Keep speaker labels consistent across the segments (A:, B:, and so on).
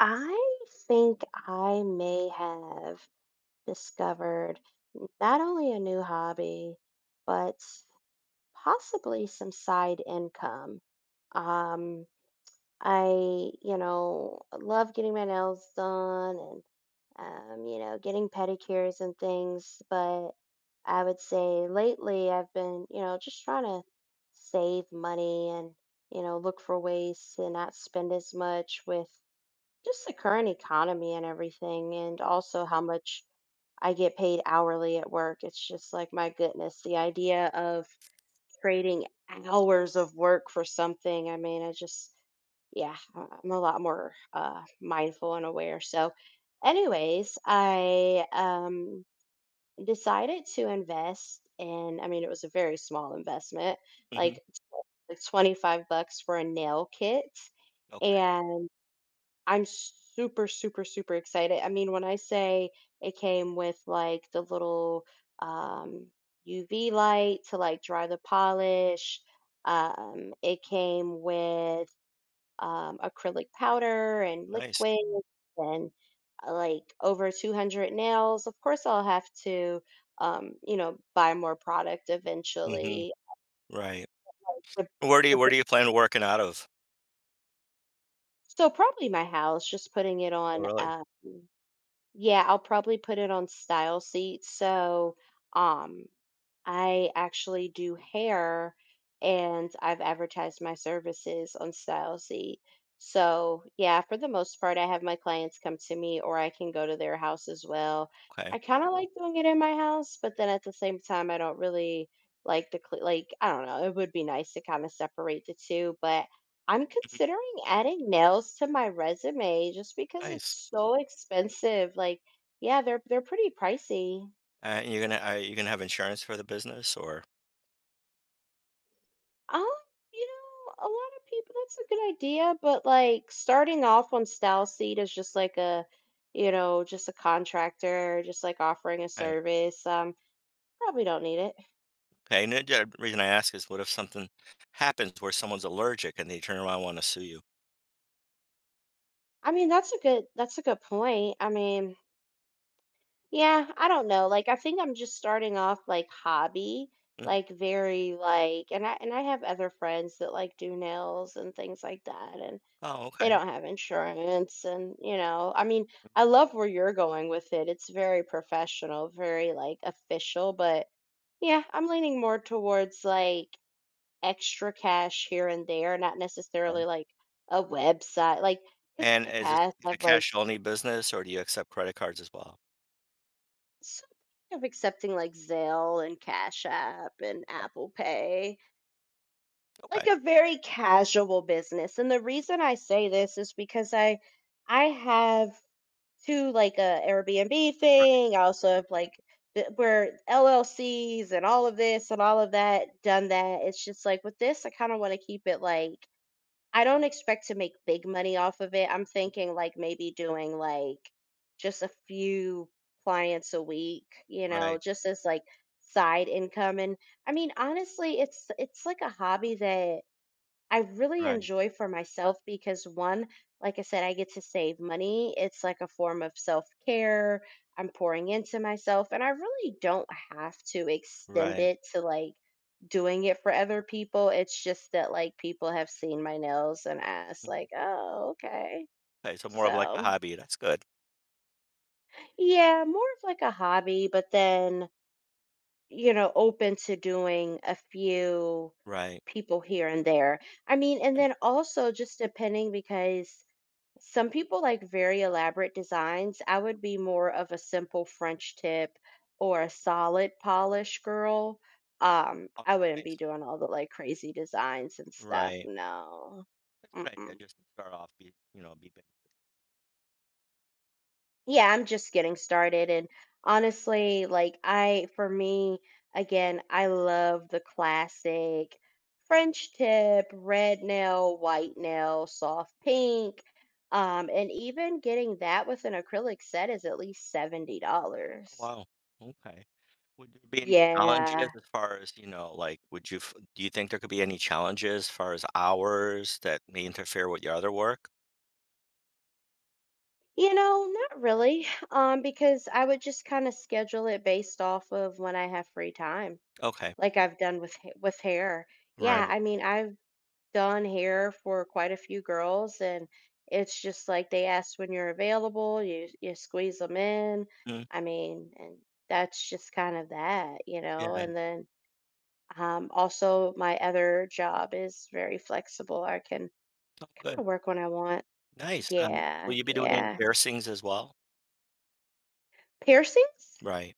A: I think I may have discovered not only a new hobby, but possibly some side income. Um, I, love getting my nails done and, getting pedicures and things, but I would say lately I've been, just trying to save money and, look for ways to not spend as much with just the current economy and everything, and also how much I get paid hourly at work. It's just like, my goodness, the idea of trading hours of work for something. I mean, I just, yeah, I'm a lot more mindful and aware. So, anyways, I decided to invest in, I mean, it was a very small investment,
B: Mhm.
A: like, like $25 for a nail kit.
B: Okay,
A: I'm super, super, super excited. I mean, when I say it came with like the little um, UV light to like dry the polish, it came with acrylic powder and
B: nice.
A: liquid and like over 200 nails. Of course, I'll have to, buy more product
B: Mhm,
A: eventually.
B: right.
A: The- the
B: Where
A: big-
B: do you plan on working out of?
A: So, probably my house, just putting it
B: Oh,
A: on.
B: really?
A: Yeah, I'll probably put it on Style Seat. So, um, I actually do hair and I've advertised my services on Style Seat. So, yeah, for the most part, I have my clients come to me or I can go to their house as well.
B: Okay.
A: I kind of like doing it in my house, but then at the same time, I don't really like, I don't know, it would be nice to kind of separate the two, but I'm
B: Mhm,
A: considering adding nails to my resume just because it's
B: nice.
A: so expensive. Like, yeah, they're pretty pricey.
B: You're gonna Are you gonna have insurance for the business? Or
A: Um, a lot of people, that's a good idea, but like starting off on Style Seed is just like a, you know, just a contractor, just like offering a
B: okay,
A: service. Probably don't need it.
B: okay, and the other reason I ask is what if something happens where someone's allergic and they turn around and wanna sue you?
A: I mean, that's a good point. I mean, yeah, I don't know. Like I think I'm just starting off like hobby,
B: Mhm.
A: like very like and I have other friends that like do nails and things like that and
B: Oh,
A: they
B: okay,
A: don't have insurance and I mean, I love where you're going with it. It's very professional, very like official, but yeah, I'm leaning more towards like extra cash here and there, not
B: okay.
A: necessarily like a website. Like 'cause in
B: And
A: the
B: is this
A: past
B: a
A: I've like
B: cash only business or do you accept credit cards as well?
A: something of accepting like Zelle and Cash App and Apple Pay,
B: Okay.
A: like a very casual business. And the reason I say this is because I have two like a Airbnb
B: Right,
A: thing. I also have like where LLCs and all of this and all of that done that. It's just like with this, I kind of want to keep it like I don't expect to make big money off of it. I'm thinking like maybe doing like just a few clients a week, you know,
B: right,
A: just as like side income and I mean honestly it's like a hobby that I really
B: right,
A: enjoy for myself because one, like I said, I get to save money. It's like a form of self care. I'm pouring into myself, and I really don't have to extend
B: right.
A: it to like doing it for other people. It's just that like people have seen my nails and asked, like, oh, okay.
B: Okay, so more of like a
A: So,
B: hobby, that's good.
A: yeah, more of like a hobby, but then, you know, open to doing a few
B: Right.
A: people here and there. I mean, and
B: Okay.
A: then also just depending because some people like very elaborate designs. I would be more of a simple French tip or a solid polish girl.
B: Oh,
A: I wouldn't be
B: nice.
A: doing all the like crazy designs and stuff.
B: Right.
A: No.
B: That's a good idea,
A: Mm-mm.
B: just to start off, be you know, be big.
A: Yeah, I'm just getting started. And honestly, like, I, for me, again, I love the classic French tip, red nail, white nail, soft pink. And even getting that with an acrylic set is at least $70.
B: Oh, wow, okay. Would there be any challenges
A: Yeah.
B: as far as, you know, like, would you f do you think there could be any challenges as far as hours that may interfere with your other work?
A: You know, not really. Because I would just kind of schedule it based off of when I have free time,
B: Okay.
A: like I've done with with hair. Yeah,
B: Right.
A: I mean, I've done hair for quite a few girls and it's just like they ask when you're available, you squeeze them in.
B: Mm,
A: I mean, and that's just kind of that, you know.
B: yeah.
A: And then also my other job is very flexible. I can
B: Oh, good.
A: work when I want.
B: Nice.
A: Yeah,
B: Will you be doing any
A: yeah.
B: piercings as well?
A: Piercings?
B: Right.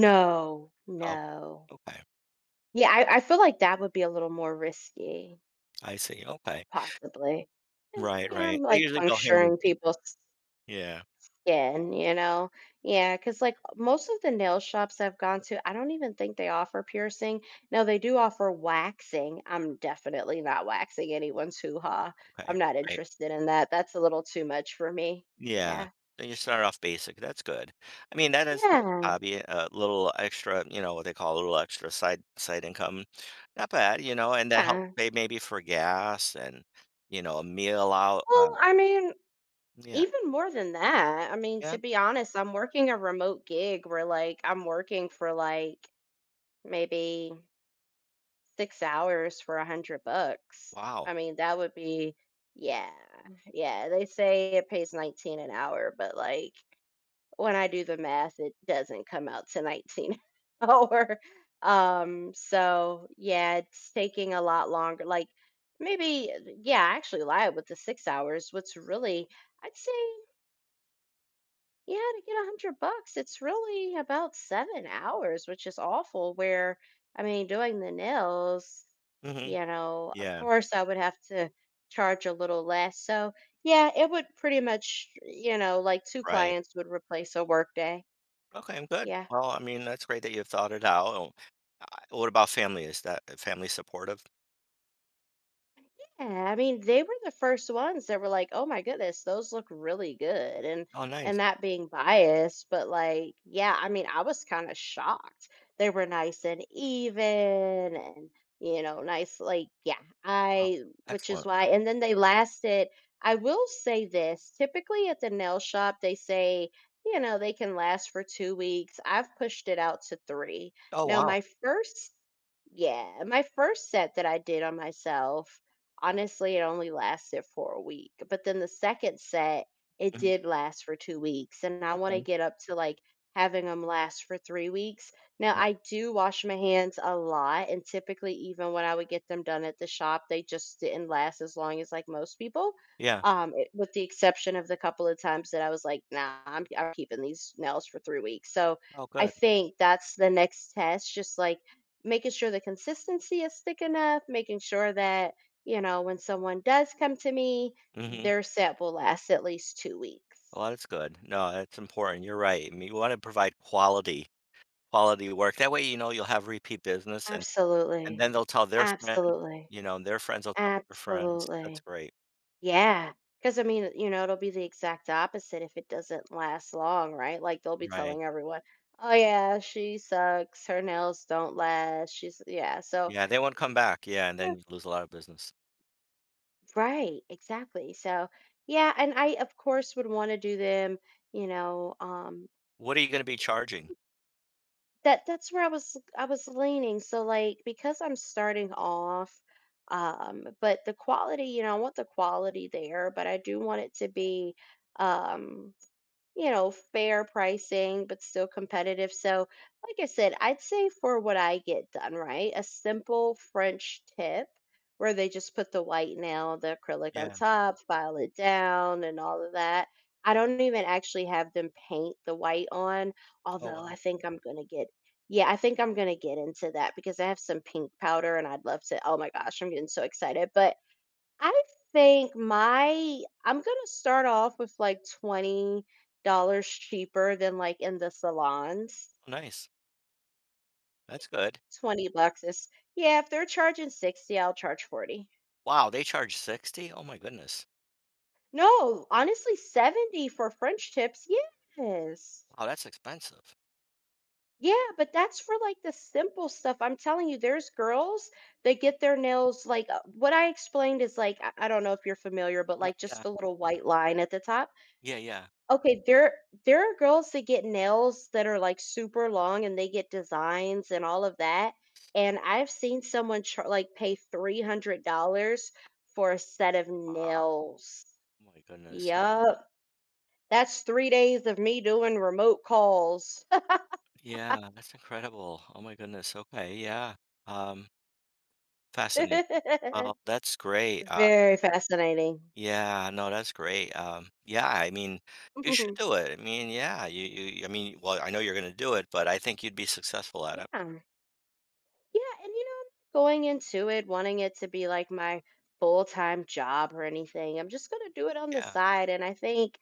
A: No,
B: Oh,
A: no.
B: okay.
A: Yeah, I feel like that would be a little more risky,
B: I see, okay.
A: possibly. Eh,
B: Right,
A: Yeah,
B: right.
A: I'm
B: They
A: like
B: usually go hand in
A: puncturing
B: hand.
A: people.
B: Yeah,
A: Again, you know? Yeah, because like, most of the nail shops I've gone to, I don't even think they offer piercing. No, they do offer waxing. I'm definitely not waxing anyone's hoo-ha.
B: okay.
A: I'm not
B: Right.
A: interested in that. That's a little too much for me.
B: Yeah.
A: Yeah.
B: Then you start off basic, that's good. I mean, that is a nice
A: Yeah,
B: hobby, a little extra, you know, what they call a little extra side income. Not bad, you know, and that helps
A: yeah.
B: pay maybe for gas and, you know, a meal out.
A: Well, I mean,
B: Yeah.
A: even more than that, I mean,
B: Yeah.
A: to be honest, I'm working a remote gig where, like, I'm working for, like, maybe 6 hours for $100.
B: Wow.
A: I mean, that would be yeah, yeah, they say it pays 19 an hour, but, like, when I do the math, it doesn't come out to 19 hour. So, yeah, it's taking a lot longer, like, maybe yeah, I actually lied with the 6 hours. What's really I'd say yeah, to get $100, it's really about 7 hours, which is awful. Where, I mean, doing the nails,
B: Hmm.
A: you know, of
B: Yeah.
A: course I would have to charge a little less. So, yeah, it would pretty much, you know, like two
B: Right.
A: clients would replace a work day.
B: Okay, I'm good.
A: Yeah.
B: Well, I mean, that's great that you've thought it out. Oh, what about family? Is that family supportive?
A: Yeah, I mean, they were the first ones that were like, "Oh my goodness, those look really good." And
B: Oh, nice.
A: and that being biased, but like, yeah, I mean, I was kind of shocked. They were nice and even and you know, nice like yeah,
B: Wow.
A: I which is
B: Excellent.
A: why and then they lasted. I will say this, typically at the nail shop they say, you know, they can last for 2 weeks. I've pushed it out to 3.
B: Oh,
A: Now,
B: wow.
A: my first yeah, my first set that I did on myself honestly, it only lasted for a week, but then the second set, it
B: Mhm.
A: did last for 2 weeks, and I wanna
B: Okay.
A: get up to, like, having them last for 3 weeks. Now,
B: Yeah.
A: I do wash my hands a lot, and typically, even when I would get them done at the shop, they just didn't last as long as, like, most people,
B: Yeah.
A: it with the exception of the couple of times that I was like, "Nah, I'm keeping these nails for 3 weeks." So,
B: Oh,
A: I
B: good.
A: think that's the next test, just, like, making sure the consistency is thick enough, making sure that you know, when someone does come to me,
B: Hmm.
A: their set will last at least 2 weeks.
B: Well, that's good. No, that's important. You're right. I mean, you want to provide quality work. That way, you know, you'll have repeat business and
A: Absolutely.
B: then they'll tell their friend,
A: Absolutely.
B: you know, and their friends will tell their friends. That's
A: Absolutely.
B: great.
A: Yeah, because I mean, you know, it'll be the exact opposite if it doesn't last long, right? Like, they'll be
B: Right.
A: telling everyone, "Oh, yeah, she sucks. Her nails don't last. She's" yeah, so
B: Yeah, they won't come back. Yeah, and
A: yeah.
B: then you lose a lot of business.
A: Right, exactly. So, yeah, and I, of course, would wanna do them, you know.
B: What are you going to be charging?
A: That's where I was leaning. So like because I'm starting off, but the quality, you know, I want the quality there, but I do want it to be um you know, fair pricing, but still competitive. So, like I said, I'd say for what I get done, right? A simple French tip where they just put the white nail, the acrylic on
B: Yeah.
A: top, file it down, and all of that. I don't even actually have them paint the white on,
B: Oh, wow.
A: although I think I'm going to get. Yeah, I think I'm going to get into that because I have some pink powder and I'd love to. Oh my gosh, I'm getting so excited. But I think my I'm gonna start off with like $20 cheaper than like in the salons.
B: Nice. That's good.
A: $20 is yeah, if they're charging 60, I'll charge 40.
B: Wow, they charge 60? Oh my goodness.
A: No, honestly, 70 for French tips. Yes.
B: Wow, that's expensive.
A: Yeah, but that's for like the simple stuff. I'm telling you, there's girls that get their nails like what I explained is like I don't know if you're familiar, but like just
B: Yeah.
A: the little white line at the top.
B: Yeah, yeah.
A: Okay, there are girls that get nails that are, like, super long, and they get designs and all of that, and I've seen someone char like, pay $300 for a set of
B: Ah.
A: nails.
B: Oh my goodness.
A: Yup. That's 3 days of me doing remote calls.
B: Yeah, that's incredible. Oh my goodness. Okay, yeah. Um, Fascinating. Well, that's great.
A: Very fascinating.
B: Yeah, no, that's great. Yeah, I mean, you should do it. I mean, yeah, you I mean, well, I know you're gonna do it, but I think you'd be successful at it.
A: Yeah. Yeah, and you know, I'm not going into it wanting it to be like my full time job or anything. I'm just going to do it on the
B: Yeah,
A: side. And I think,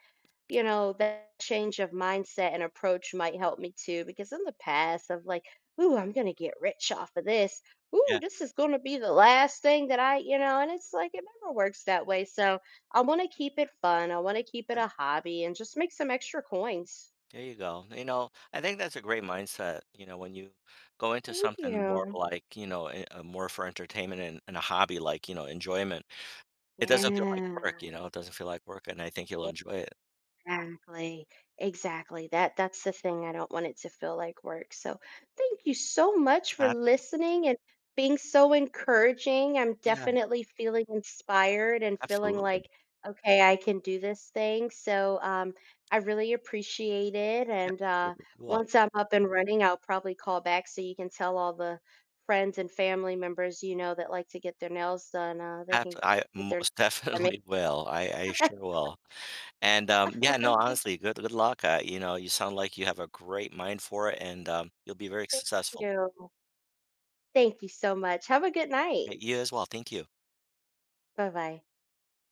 A: you know, that change of mindset and approach might help me too, because in the past, of like, ooh, I'm going to get rich off of this.
B: yeah,
A: Ooh, this is going to be the last thing that I, you know, and it's like it never works that way. So I want to keep it fun. I want to keep it
B: good,
A: a hobby and just make some extra coins.
B: there you go, you know, I think that's a great mindset, you know, when you go into
A: Thank
B: something more
A: you.
B: like, you know, more for entertainment and a hobby, like, you know, enjoyment, it doesn't feel like work,
A: Yeah.
B: you know, it doesn't feel like work, and I think you'll enjoy it.
A: Exactly. Exactly. That's the thing. I don't want it to feel like work. So thank you so much for
B: Ab
A: listening and being so encouraging. I'm
B: Yeah,
A: definitely feeling inspired and feeling
B: absolutely,
A: like, okay, I can do this thing. So I really appreciate it.
B: yeah,
A: And
B: absolutely, you are.
A: once I'm up and running, I'll probably call back so you can tell all the friends and family members you know that like to get their nails done. They
B: Abs
A: can
B: I
A: get their
B: most
A: I mean,
B: definitely will. I sure will. And, yeah, no, honestly, good luck. You know, you sound like you have a great mind for it, and, you'll be very
A: thank
B: successful.
A: you. Thank you so much. Have a good night.
B: Hey, you as well. Thank you.
A: Bye bye.